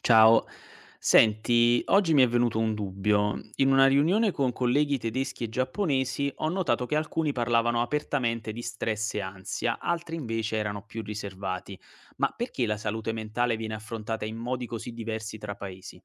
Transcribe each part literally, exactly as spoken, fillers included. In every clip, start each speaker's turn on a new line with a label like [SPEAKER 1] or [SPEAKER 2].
[SPEAKER 1] Ciao, senti, oggi mi è venuto un dubbio. In una riunione con colleghi tedeschi e giapponesi ho notato che alcuni parlavano apertamente di stress e ansia, altri invece erano più riservati. Ma perché la salute mentale viene affrontata in modi così diversi tra paesi?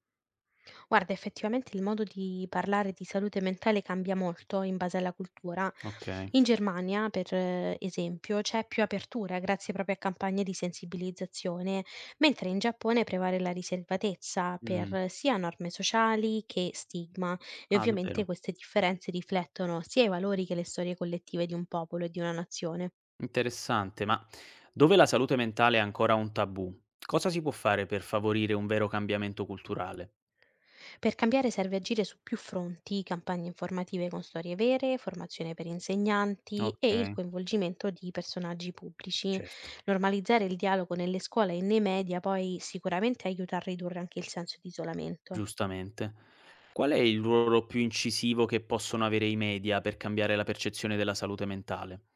[SPEAKER 2] Guarda, effettivamente il modo di parlare di salute mentale cambia molto in base alla cultura.
[SPEAKER 1] Ok.
[SPEAKER 2] In Germania, per eh, esempio, c'è più apertura grazie proprio a campagne di sensibilizzazione, mentre in Giappone prevale la riservatezza per
[SPEAKER 1] Mm.
[SPEAKER 2] eh, sia norme sociali che stigma. E
[SPEAKER 1] Ah,
[SPEAKER 2] ovviamente
[SPEAKER 1] davvero?
[SPEAKER 2] queste differenze riflettono sia i valori che le storie collettive di un popolo e di una nazione.
[SPEAKER 1] Interessante, ma dove la salute mentale è ancora un tabù, cosa si può fare per favorire un vero cambiamento culturale?
[SPEAKER 2] Per cambiare serve agire su più fronti, campagne informative con storie vere, formazione per insegnanti
[SPEAKER 1] Ok,
[SPEAKER 2] e il coinvolgimento di personaggi pubblici.
[SPEAKER 1] certo.
[SPEAKER 2] Normalizzare il dialogo nelle scuole e nei media poi sicuramente aiuta a ridurre anche il senso di isolamento.
[SPEAKER 1] Giustamente. Qual è il ruolo più incisivo che possono avere i media per cambiare la percezione della salute mentale?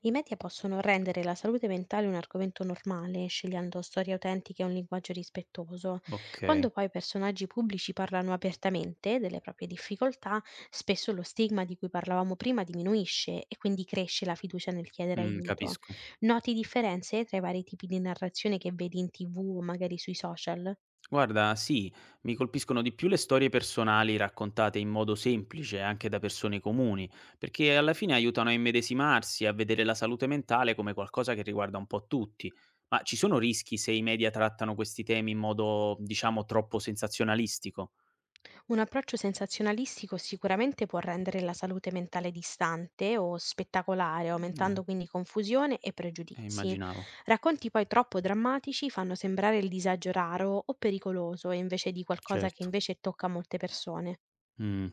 [SPEAKER 2] I media possono rendere la salute mentale un argomento normale, scegliendo storie autentiche e un linguaggio rispettoso.
[SPEAKER 1] Okay,
[SPEAKER 2] Quando poi personaggi pubblici parlano apertamente delle proprie difficoltà, spesso lo stigma di cui parlavamo prima diminuisce e quindi cresce la fiducia nel chiedere
[SPEAKER 1] mh,
[SPEAKER 2] aiuto.
[SPEAKER 1] capisco.
[SPEAKER 2] Noti differenze tra i vari tipi di narrazione che vedi in tv o magari sui social?
[SPEAKER 1] Guarda, sì, mi colpiscono di più le storie personali raccontate in modo semplice anche da persone comuni, perché alla fine aiutano a immedesimarsi, a vedere la salute mentale come qualcosa che riguarda un po' tutti. Ma ci sono rischi se i media trattano questi temi in modo, diciamo, troppo sensazionalistico?
[SPEAKER 2] Un approccio sensazionalistico sicuramente può rendere la salute mentale distante o spettacolare,
[SPEAKER 1] Mh, eh,
[SPEAKER 2] aumentando quindi confusione e
[SPEAKER 1] eh,
[SPEAKER 2] pregiudizi.
[SPEAKER 1] immaginavo,
[SPEAKER 2] Racconti poi troppo drammatici fanno sembrare il disagio raro o pericoloso, invece di qualcosa che
[SPEAKER 1] certo.
[SPEAKER 2] invece tocca molte persone.
[SPEAKER 1] Mh.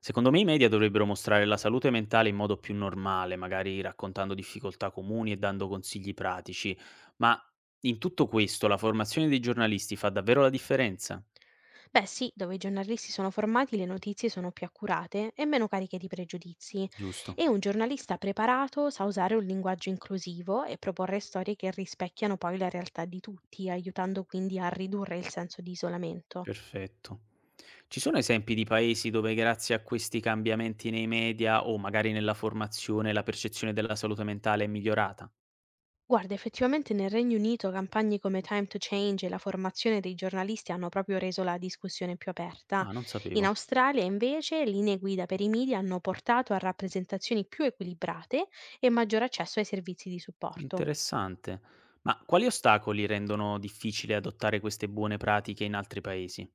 [SPEAKER 1] Secondo me i media dovrebbero mostrare la salute mentale in modo più normale, magari raccontando difficoltà comuni e dando consigli pratici, ma in tutto questo la formazione dei giornalisti fa davvero la differenza?
[SPEAKER 2] Beh sì, dove i giornalisti sono formati le notizie sono più accurate e meno cariche di pregiudizi,
[SPEAKER 1] Giusto.
[SPEAKER 2] e un giornalista preparato sa usare un linguaggio inclusivo e proporre storie che rispecchiano poi la realtà di tutti, aiutando quindi a ridurre il senso di isolamento.
[SPEAKER 1] Perfetto. Ci sono esempi di paesi dove grazie a questi cambiamenti nei media o magari nella formazione la percezione della salute mentale è migliorata?
[SPEAKER 2] Guarda, effettivamente nel Regno Unito campagne come Time to Change e la formazione dei giornalisti hanno proprio reso la discussione più aperta.
[SPEAKER 1] Ah, non
[SPEAKER 2] In
[SPEAKER 1] sapevo.
[SPEAKER 2] Australia invece linee guida per i media hanno portato a rappresentazioni più equilibrate e maggior accesso ai servizi di supporto.
[SPEAKER 1] Interessante. Ma quali ostacoli rendono difficile adottare queste buone pratiche in altri paesi?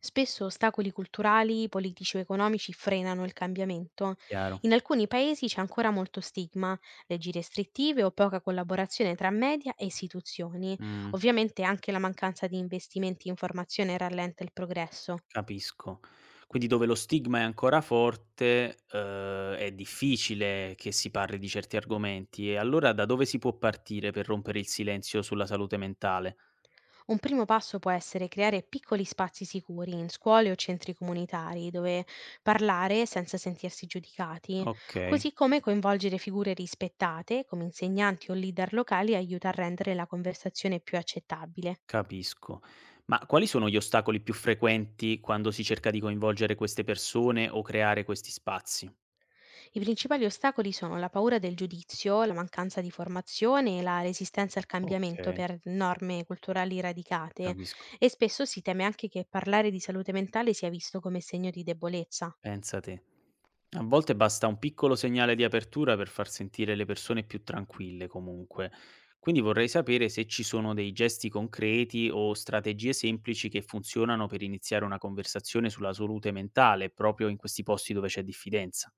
[SPEAKER 2] Spesso ostacoli culturali, politici o economici frenano il cambiamento.
[SPEAKER 1] Chiaro.
[SPEAKER 2] In alcuni paesi c'è ancora molto stigma, leggi restrittive o poca collaborazione tra media e istituzioni.
[SPEAKER 1] Mh,
[SPEAKER 2] Ovviamente anche la mancanza di investimenti in formazione rallenta il progresso.
[SPEAKER 1] capisco. Quindi dove lo stigma è ancora forte, uhm, è difficile che si parli di certi argomenti. E allora da dove si può partire per rompere il silenzio sulla salute mentale?
[SPEAKER 2] Un primo passo può essere creare piccoli spazi sicuri in scuole o centri comunitari dove parlare senza sentirsi giudicati,
[SPEAKER 1] Okay,
[SPEAKER 2] così come coinvolgere figure rispettate come insegnanti o leader locali aiuta a rendere la conversazione più accettabile.
[SPEAKER 1] capisco. Ma quali sono gli ostacoli più frequenti quando si cerca di coinvolgere queste persone o creare questi spazi?
[SPEAKER 2] I principali ostacoli sono la paura del giudizio, la mancanza di formazione e la resistenza al cambiamento
[SPEAKER 1] Okay,
[SPEAKER 2] per norme culturali radicate,
[SPEAKER 1] capisco.
[SPEAKER 2] e spesso si teme anche che parlare di salute mentale sia visto come segno di debolezza.
[SPEAKER 1] Pensa te. A volte basta un piccolo segnale di apertura per far sentire le persone più tranquille comunque. Quindi vorrei sapere se ci sono dei gesti concreti o strategie semplici che funzionano per iniziare una conversazione sulla salute mentale, proprio in questi posti dove c'è diffidenza.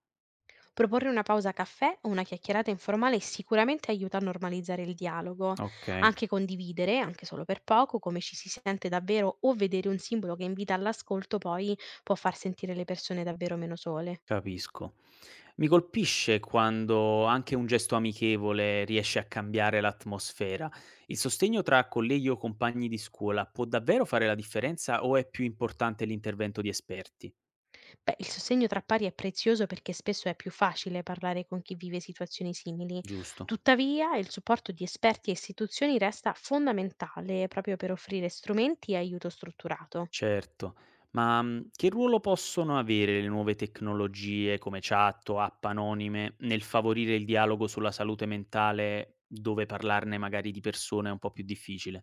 [SPEAKER 2] Proporre una pausa caffè o una chiacchierata informale sicuramente aiuta a normalizzare il dialogo.
[SPEAKER 1] Ok,
[SPEAKER 2] Anche condividere, anche solo per poco, come ci si sente davvero, o vedere un simbolo che invita all'ascolto, poi può far sentire le persone davvero meno sole.
[SPEAKER 1] capisco. Mi colpisce quando anche un gesto amichevole riesce a cambiare l'atmosfera. Il sostegno tra colleghi o compagni di scuola può davvero fare la differenza o è più importante l'intervento di esperti?
[SPEAKER 2] Beh, il sostegno tra pari è prezioso perché spesso è più facile parlare con chi vive situazioni simili.
[SPEAKER 1] Giusto,
[SPEAKER 2] Tuttavia, il supporto di esperti e istituzioni resta fondamentale proprio per offrire strumenti e aiuto strutturato.
[SPEAKER 1] certo. Ma mh, che ruolo possono avere le nuove tecnologie come chat o app anonime nel favorire il dialogo sulla salute mentale dove parlarne magari di persone è un po' più difficile?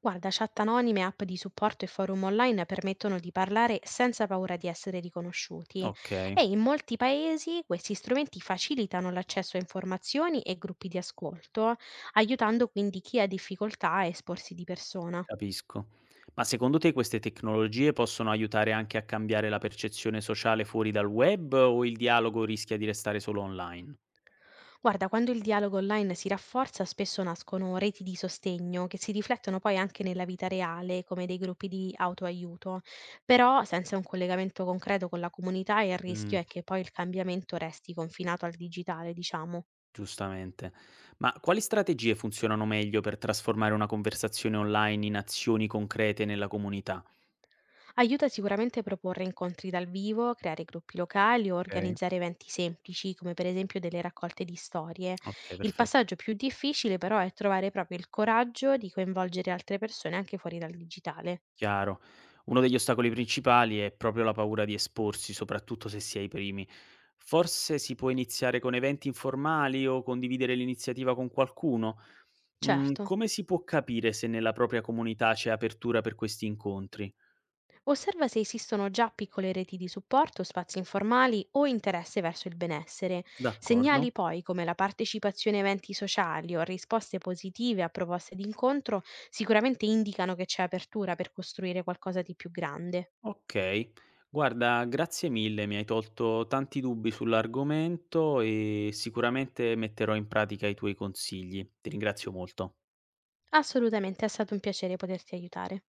[SPEAKER 2] Guarda, chat anonime, app di supporto e forum online permettono di parlare senza paura di essere riconosciuti,
[SPEAKER 1] Ok.
[SPEAKER 2] e in molti paesi questi strumenti facilitano l'accesso a informazioni e gruppi di ascolto, aiutando quindi chi ha difficoltà a esporsi di persona.
[SPEAKER 1] Capisco. Ma secondo te queste tecnologie possono aiutare anche a cambiare la percezione sociale fuori dal web o il dialogo rischia di restare solo online?
[SPEAKER 2] Guarda, quando il dialogo online si rafforza, spesso nascono reti di sostegno che si riflettono poi anche nella vita reale, come dei gruppi di autoaiuto. Però senza un collegamento concreto con la comunità il
[SPEAKER 1] Mh,
[SPEAKER 2] rischio è che poi il cambiamento resti confinato al digitale, diciamo.
[SPEAKER 1] giustamente. Ma quali strategie funzionano meglio per trasformare una conversazione online in azioni concrete nella comunità?
[SPEAKER 2] Aiuta sicuramente a proporre incontri dal vivo, creare gruppi locali o
[SPEAKER 1] Okay,
[SPEAKER 2] organizzare eventi semplici, come per esempio delle raccolte di storie.
[SPEAKER 1] okay,
[SPEAKER 2] Il
[SPEAKER 1] perfetto.
[SPEAKER 2] passaggio più difficile però è trovare proprio il coraggio di coinvolgere altre persone anche fuori dal digitale.
[SPEAKER 1] Chiaro. Uno degli ostacoli principali è proprio la paura di esporsi, soprattutto se si è i primi. Forse si può iniziare con eventi informali o condividere l'iniziativa con qualcuno? Mm,
[SPEAKER 2] Certo.
[SPEAKER 1] come si può capire se nella propria comunità c'è apertura per questi incontri?
[SPEAKER 2] Osserva se esistono già piccole reti di supporto, spazi informali o interesse verso il benessere.
[SPEAKER 1] D'accordo.
[SPEAKER 2] Segnali poi come la partecipazione a eventi sociali o risposte positive a proposte d'incontro sicuramente indicano che c'è apertura per costruire qualcosa di più grande.
[SPEAKER 1] Ok. Guarda, grazie mille, mi hai tolto tanti dubbi sull'argomento e sicuramente metterò in pratica i tuoi consigli. Ti ringrazio molto.
[SPEAKER 2] Assolutamente è stato un piacere poterti aiutare.